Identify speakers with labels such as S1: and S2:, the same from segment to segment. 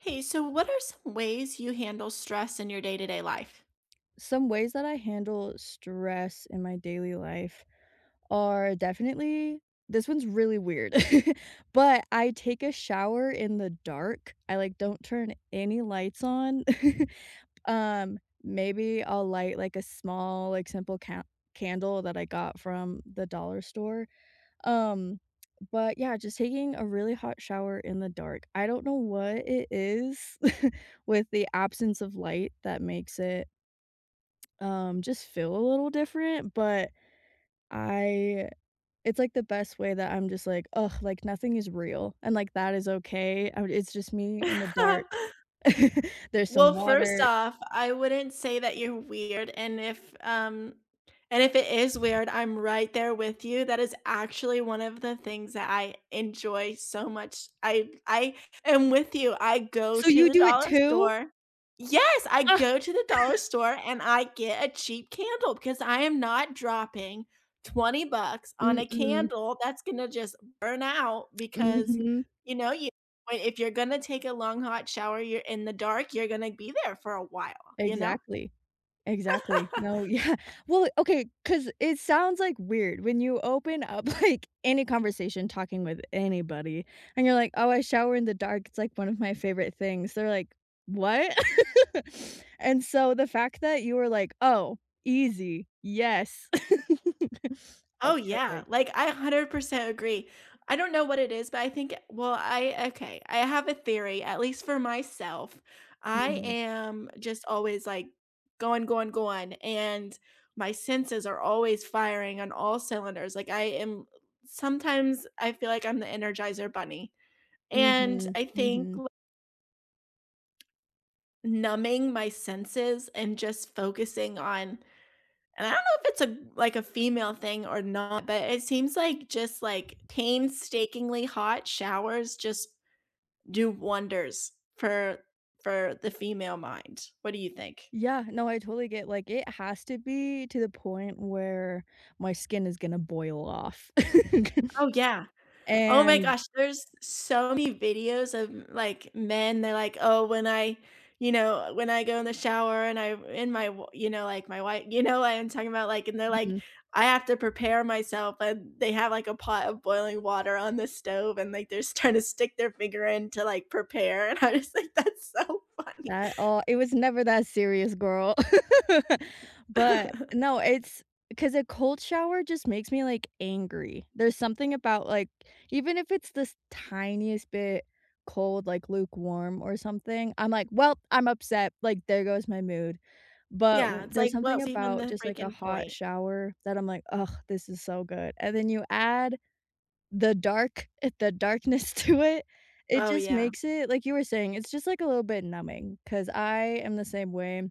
S1: Hey, so what are some ways you handle stress in your day-to-day life?
S2: Some ways that I handle stress in my daily life are definitely, this one's really weird, but I take a shower in the dark. I, like, don't turn any lights on. Um, Maybe I'll light, like, a small, like, simple ca candle that I got from the dollar store. Um, but, yeah, just taking a really hot shower in the dark. I don't know what it is with the absence of light that makes it just feel a little different, but I it's, like, the best way that I'm just like, "Ugh, like, nothing is real," and, like, that is okay. I It's just me in the dark. There's some
S1: Well, first
S2: water.
S1: off, I wouldn't say that you're weird, and if it is weird, I'm right there with you. That is actually one of the things that I enjoy so much. I am with you. I go
S2: So
S1: to
S2: you
S1: the
S2: do it
S1: dollar
S2: too?
S1: store. Yes, I
S2: Ah!
S1: go to the dollar store and I get a cheap candle because I am not dropping 20 bucks on a
S2: Mm-mm.
S1: candle that's gonna just burn out because,
S2: Mhm.
S1: you know, you point, if you're gonna take a long hot shower, you're in the dark, you're gonna be there for a while, you know?
S2: Exactly. Exactly. No, yeah. Well, okay. Because it sounds, like, weird when you open up, like, any conversation talking with anybody, and you're like, "Oh, I shower in the dark. It's, like, one of my favorite things." They're like, "What?" And so the fact that you were like, "Oh, easy. Yes." Oh,
S1: Oh, yeah,
S2: perfect.
S1: like, I 100% agree. I don't know what it is, but I think well, I okay, I have a theory, at least for myself. I
S2: Mhm.
S1: am just always, like, going, going, going, and my senses are always firing on all cylinders, like, I am sometimes I feel like I'm the Energizer Bunny, and
S2: Mhm.
S1: I think
S2: Mhm.
S1: numbing my senses and just focusing on. And I don't know if it's a like a female thing or not, but it seems like just like painstakingly hot showers just do wonders for the female mind. What do you think?
S2: Yeah, no, I totally get, like, it has to be to the point where my skin is gonna boil off.
S1: Oh, yeah. Oh my
S2: And
S1: gosh, there's so many videos of like men, they're like, "Oh, when I, you know, when I go in the shower and I in my w you know, like my wife," you know what I'm talking about? Like, and they're like,
S2: mhm.
S1: "I have to prepare myself," and they have like a pot of boiling water on the stove and like they're just trying to stick their finger in to like prepare, and I just like, that's so funny.
S2: That, all it was never that serious, girl. But no, it's because a cold shower just makes me, like, angry. There's something about, like, even if it's this tiniest bit cold, like, lukewarm or something, I'm like, "Well, I'm upset." Like, there goes my mood. But
S1: Yeah,
S2: w
S1: it's
S2: there's
S1: like, what
S2: something
S1: was even
S2: about
S1: the
S2: just, like, a
S1: freaking
S2: hot
S1: point?
S2: shower that I'm like, "Oh, this is so good." And then you add the dark, the darkness to it, it
S1: Oh
S2: just
S1: yeah.
S2: makes it, like you were saying, it's just, like, a little bit numbing because I am the same way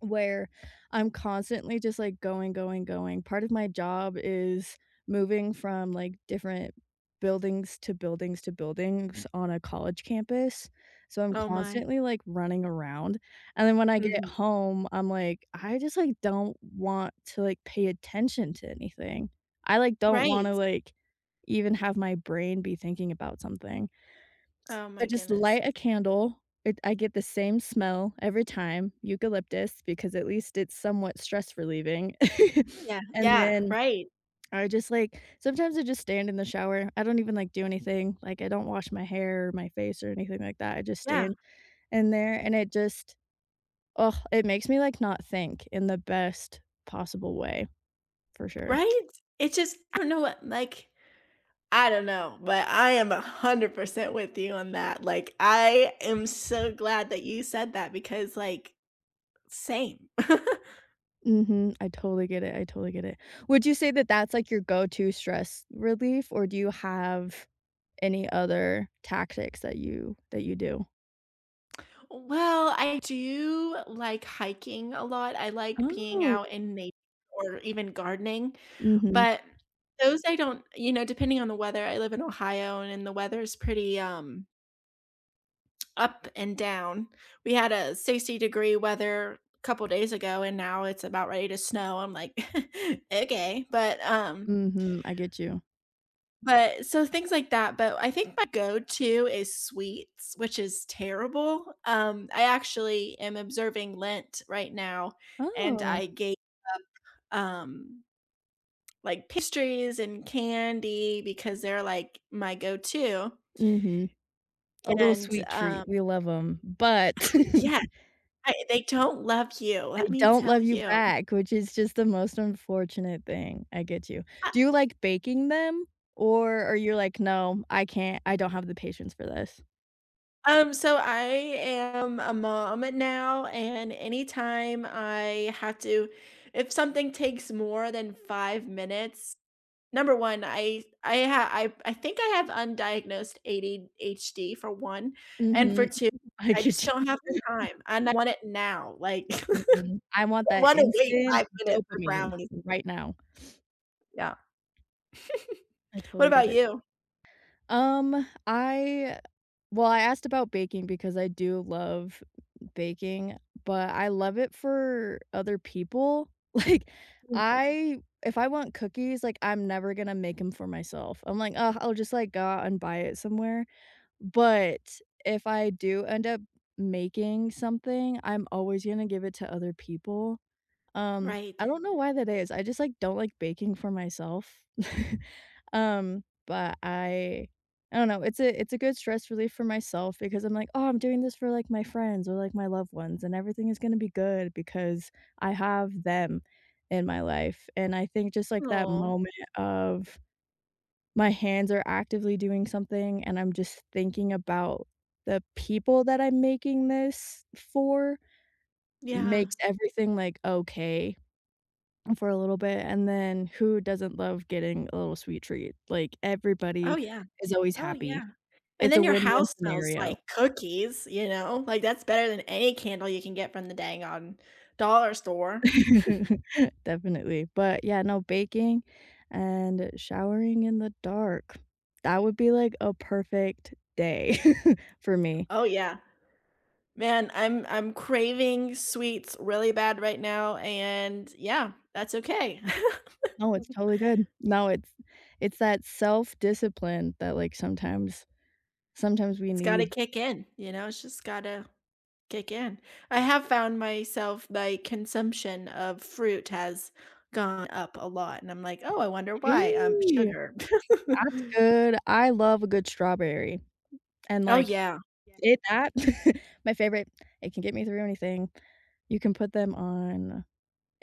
S2: where I'm constantly just like going, going, going. Part of my job is moving from, like, different buildings to buildings to buildings on a college campus. So I'm
S1: Oh my.
S2: constantly like running around. And then when I get
S1: Mhm.
S2: home, I'm like, I just like don't want to like pay attention to anything. I like don't want to
S1: Right.
S2: like even have my brain be thinking about something.
S1: Oh
S2: I
S1: my
S2: just
S1: goodness.
S2: light a candle. It I get the same smell every time, eucalyptus, because at least it's somewhat stress relieving.
S1: Yeah,
S2: And
S1: yeah,
S2: then
S1: right.
S2: I just, like, sometimes I just stand in the shower. I don't even, like, do anything. Like, I don't wash my hair or my face or anything like that. I just
S1: Yeah.
S2: stand in there, and it just, oh, it makes me, like, not think in the best possible way, for sure.
S1: Right? It's just I don't know what like, I don't know, but I am 100% with you on that, like, I am so glad that you said that because, like, same.
S2: Mhm. I totally get it, I totally get it. Would you say that that's, like, your go-to stress relief, or do you have any other tactics that you do?
S1: Well, I do like hiking a lot, I like being
S2: Oh.
S1: out in nature or even gardening,
S2: Mhm.
S1: but those I don't you know, depending on the weather I live in Ohio, and the weather is pretty, up and down. We had a 60-degree weather a couple days ago, and now it's about ready to snow. I'm like, "Okay,"
S2: Mhm, I get you.
S1: but so things like that, but I think my go-to is sweets, which is terrible. I actually am observing Lent right now, and
S2: Oh.
S1: I gave, um, like, pastries and candy because they're, like, my go-to,
S2: Mhm. A little
S1: and,
S2: sweet treat,
S1: um
S2: we love them,
S1: Oh,
S2: but
S1: yeah. I they don't love you,
S2: they
S1: let me
S2: don't
S1: tell
S2: love you
S1: you.
S2: back, which is just the most unfortunate thing, I get you. Do you like baking them? Or are you like, "No, I can't, I don't have the patience for this"?
S1: So I am a mom now, and anytime I have to, if something takes more than 5 minutes, number one, I think I have undiagnosed ADHD for one, and for
S2: Mhm,
S1: two,
S2: I
S1: I just
S2: get
S1: don't have the
S2: you.
S1: time, and I want it now. Like, I
S2: Mhm, I want
S1: don't
S2: that
S1: want to wait
S2: instant
S1: 5 minutes for
S2: dopamine
S1: brownies.
S2: right now.
S1: Yeah.
S2: I
S1: What
S2: totally get
S1: about
S2: it.
S1: you?
S2: Um, I Well, I asked about baking because I do love baking, but I love it for other people. Like, mhm.
S1: Mm.
S2: I If I want cookies, like, I'm never gonna make them for myself. I'm like, "Oh, I'll just, like, go out and buy it somewhere." But if I do end up making something, I'm always gonna give it to other people.
S1: Right.
S2: I don't know why that is. I just, like, don't like baking for myself. But I don't know, it's a good stress relief for myself because I'm like, "Oh, I'm doing this for, like, my friends or, like, my loved ones, and everything is gonna be good because I have them in my life." And I think just, like, that
S1: Oh,
S2: moment of my hands are actively doing something and I'm just thinking about the people that I'm making this for
S1: yeah.
S2: makes everything, like, okay for a little bit, and then who doesn't love getting a little sweet treat? Like,
S1: Oh,
S2: everybody
S1: yeah.
S2: is always
S1: Oh,
S2: happy.
S1: yeah. And
S2: It's a
S1: then your
S2: win-win
S1: house smells
S2: scenario.
S1: like cookies, you know? Like, that's better than any candle you can get from the dang on dollar store.
S2: Definitely, but yeah, no, baking and showering in the dark. That would be, like, a perfect day for me.
S1: Oh, yeah. Man, I'm craving sweets really bad right now, and yeah, that's okay.
S2: No, it's totally good. No, it's that self-discipline that, like, sometimes we
S1: It's gotta
S2: need.
S1: kick in, you know? It's just gotta kick in. I have found myself my consumption of fruit has gone up a lot, and I'm like, "Oh, I wonder why."
S2: Hey,
S1: Sugar.
S2: that's good. I love a good strawberry. And,
S1: Oh,
S2: like,
S1: yeah.
S2: that my favorite, "It can get me through anything." You can put them on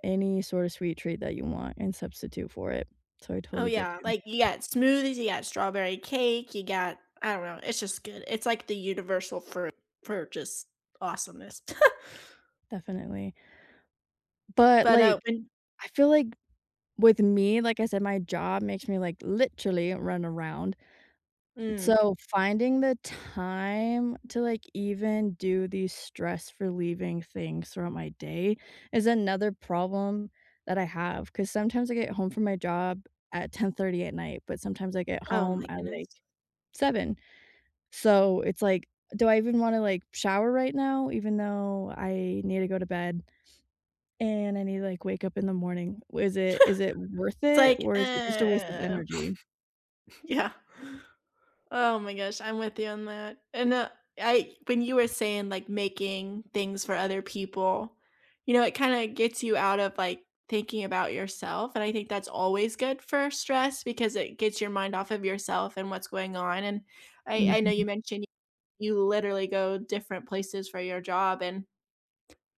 S2: any sort of sweet treat that you want and substitute for it. So I
S1: Oh,
S2: totally, yeah, get
S1: yeah,
S2: you,
S1: like, you got smoothies, you got strawberry cake, you got I don't know, it's just good. It's like the universal fruit for just awesomeness.
S2: definitely. But, so
S1: But,
S2: like,
S1: uh, when
S2: I feel like with me, like I said, my job makes me, like, literally run around.
S1: mm,
S2: So, finding the time to, like, even do these stress relieving things throughout my day is another problem that I have. Because sometimes I get home from my job at 10:30 at night, but sometimes I get
S1: oh
S2: home
S1: my
S2: at, like,
S1: goodness.
S2: 7. So, it's like, do I even wanna, like, shower right now even though I need to go to bed and I need to, like, wake up in the morning? Is it worth
S1: It's
S2: it
S1: like,
S2: or is it just a waste of
S1: uh
S2: energy?
S1: yeah. Oh my gosh, I'm with you on that. And I, when you were saying like making things for other people, you know, it kind of gets you out of like thinking about yourself. And I think that's always good for stress because it gets your mind off of yourself and what's going on. And I know
S2: Mhm.
S1: you mentioned you literally go different places for your job. And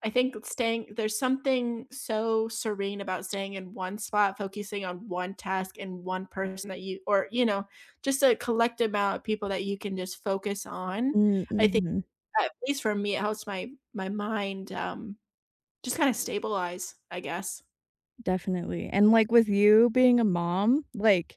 S1: I think staying there's something so serene about staying in one spot, focusing on one task and one person that you or you know, just a collective amount of people that you can just focus on.
S2: Mm,
S1: I think
S2: mhm.
S1: at least for me, it helps my mind just kind of stabilize, I guess.
S2: Definitely, and, like, with you being a mom, like,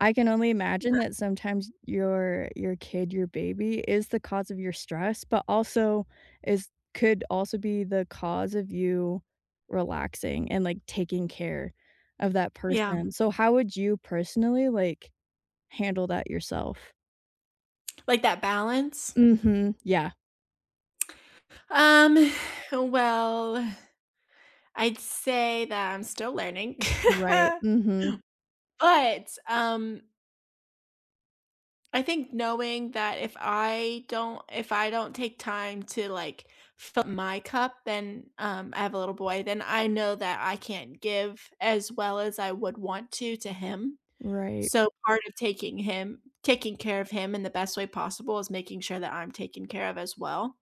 S2: I can only imagine that sometimes your kid, your baby is the cause of your stress, but also is, could also be the cause of you relaxing and, like, taking care of that
S1: Yeah.
S2: person. So, how would you personally, like, handle that yourself?
S1: Like that balance.
S2: Mhm, yeah,
S1: Um, well, I'd say that I'm still learning.
S2: right, mhm,
S1: But I think knowing that if I don't take time to, like, fill my cup, then, I have a little boy, then I know that I can't give as well as I would want to him.
S2: right.
S1: So part of taking care of him in the best way possible is making sure that I'm taken care of as well.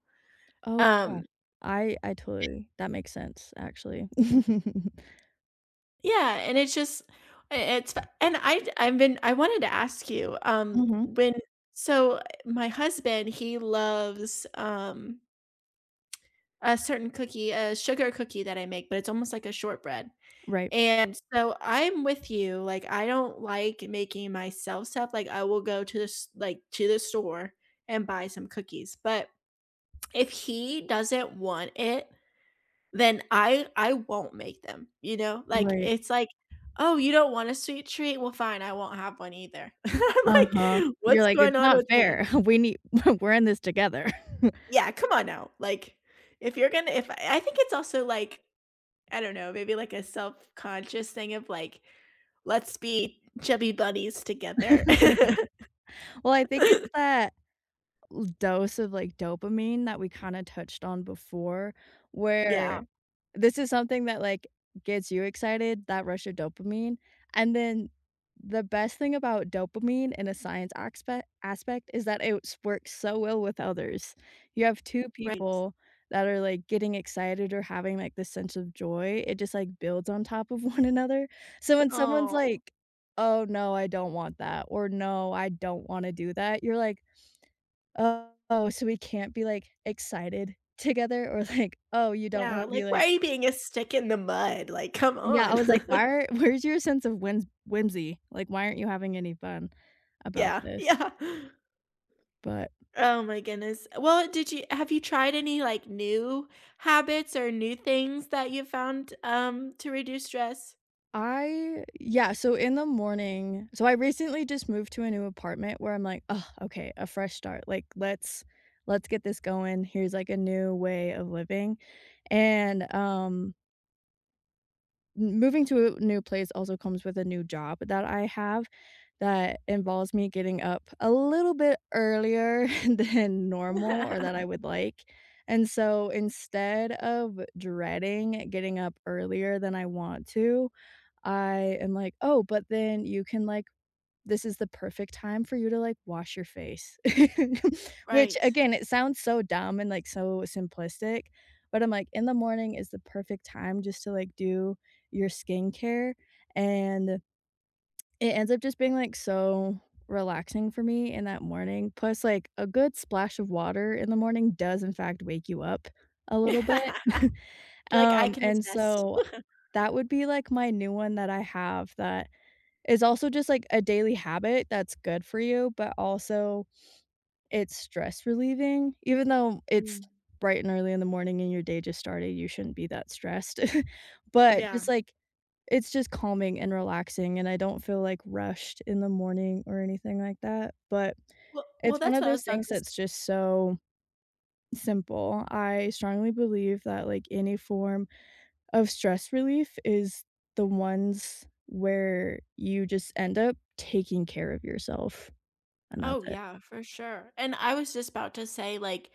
S2: Oh, yeah.
S1: Um,
S2: I totally, that makes sense, actually.
S1: yeah, and it's just it's and I I've been I wanted to ask you,
S2: Mhm,
S1: when so my husband, he loves, a certain cookie, a sugar cookie that I make, but it's almost like a shortbread.
S2: right,
S1: And so I'm with you. Like I don't like making myself stuff. Like I will go to this like to the store and buy some cookies. But if he doesn't want it, then I won't make them. You know? Like
S2: right.
S1: it's like, "Oh, you don't want a sweet treat? Well, fine, I won't have one either." I'm
S2: Uh-huh.
S1: like,
S2: You're
S1: "What's
S2: like,
S1: going
S2: "It's
S1: on
S2: not
S1: with me?"
S2: fair. We need, we're in this together."
S1: Yeah, come on now. Like if you're going to if I think it's also like I don't know, maybe like a self-conscious thing of like, "Let's be chubby bunnies together."
S2: Well, I think it's that dose of, like, dopamine that we kinda touched on before,
S1: Yeah,
S2: where this is something that, like, gets you excited, that rush of dopamine, and then the best thing about dopamine in a science aspect is that it s works so well with others. You have 2
S1: right.
S2: people that are, like, getting excited or having, like, this sense of joy, it just, like, builds on top of one another. So when someone's
S1: Oh,
S2: like, "Oh, no, I don't want that," or, "No, I don't wanna do that," you're like, "Oh, so we can't be, like, excited together," or, like, "Oh, you don't
S1: yeah,
S2: wanna be,
S1: like, "Why
S2: like."
S1: are you being a stick in the mud?" Like, "Come
S2: Yeah, I
S1: on."
S2: was like, "Why are, where's your sense of whimsy? Like, why aren't you having any fun about
S1: Yeah,
S2: this?"
S1: yeah.
S2: But
S1: Oh my goodness. Well, did you have you tried any, like, new habits or new things that you found, to reduce stress?
S2: I yeah, so in the morning, so I recently just moved to a new apartment where I'm like, "Oh, okay, a fresh start, like, let's get this going, here's, like, a new way of living," and, M moving to a new place also comes with a new job that I have that involves me getting up a little bit earlier than normal or that I would like, and so instead of dreading getting up earlier than I want to, I am like, "Oh, but then you can, like, this is the perfect time for you to, like, wash your face." Which,
S1: Right.
S2: again, it sounds so dumb and, like, so simplistic, but I'm like, in the morning is the perfect time just to, like, do your skincare, and it ends up just being, like, so relaxing for me in that morning, plus, like, a good splash of water in the morning does, in fact, wake you up a
S1: You're
S2: little bit.
S1: like, "I can
S2: And
S1: attest."
S2: so that would be, like, my new one that I have that is also just, like, a daily habit that's good for you, but also it's stress relieving. Even though it's
S1: Mm,
S2: bright and early in the morning and your day just started, you shouldn't be that stressed. But
S1: yeah.
S2: just, like, it's just calming and relaxing, and I don't feel, like, rushed in the morning or anything like that, but
S1: Well
S2: it's
S1: well,
S2: one
S1: that's
S2: of
S1: what I was
S2: those
S1: about
S2: things
S1: to
S2: that's just so simple. I strongly believe that, like, any form of stress relief is the ones where you just end up taking care of yourself, and that's
S1: oh,
S2: it.
S1: yeah, for sure. And I was just about to say, like,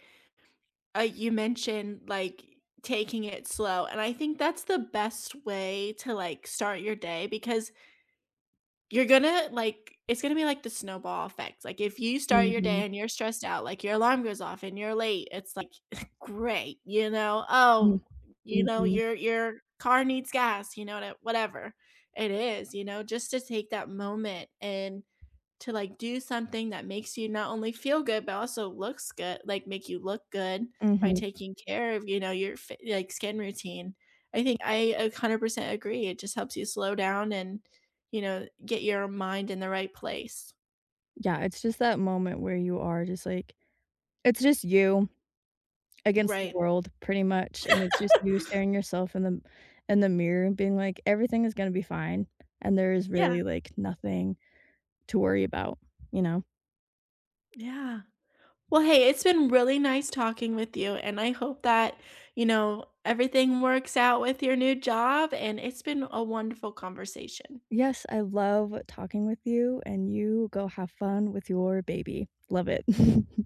S1: you mentioned, like, taking it slow. And I think that's the best way to, like, start your day because you're gonna, like, it's gonna be like the snowball effect. Like, if you start your
S2: Mhm.
S1: day and you're stressed out, like, your alarm goes off and you're late, it's like, great, you know?
S2: Mm,
S1: Oh, you know,
S2: mhm.
S1: car needs gas, you know what whatever it is, you know, just to take that moment and to like do something that makes you not only feel good but also looks good, like make you look good by
S2: Mhm.
S1: taking care of, you know, your like skin routine. I think I 100% agree. It just helps you slow down and, you know, get your mind in the right place.
S2: Yeah, it's just that moment where you are just like it's just you against the
S1: Right.
S2: world pretty much, and it's just you staring yourself in the mirror and being like, "Everything is gonna be fine," and there is
S1: Yeah,
S2: really, like, nothing to worry about, you know?
S1: yeah. Well hey, it's been really nice talking with you and I hope that, you know, everything works out with your new job, and it's been a wonderful conversation.
S2: Yes, I love talking with you, and you go have fun with your baby. Love it.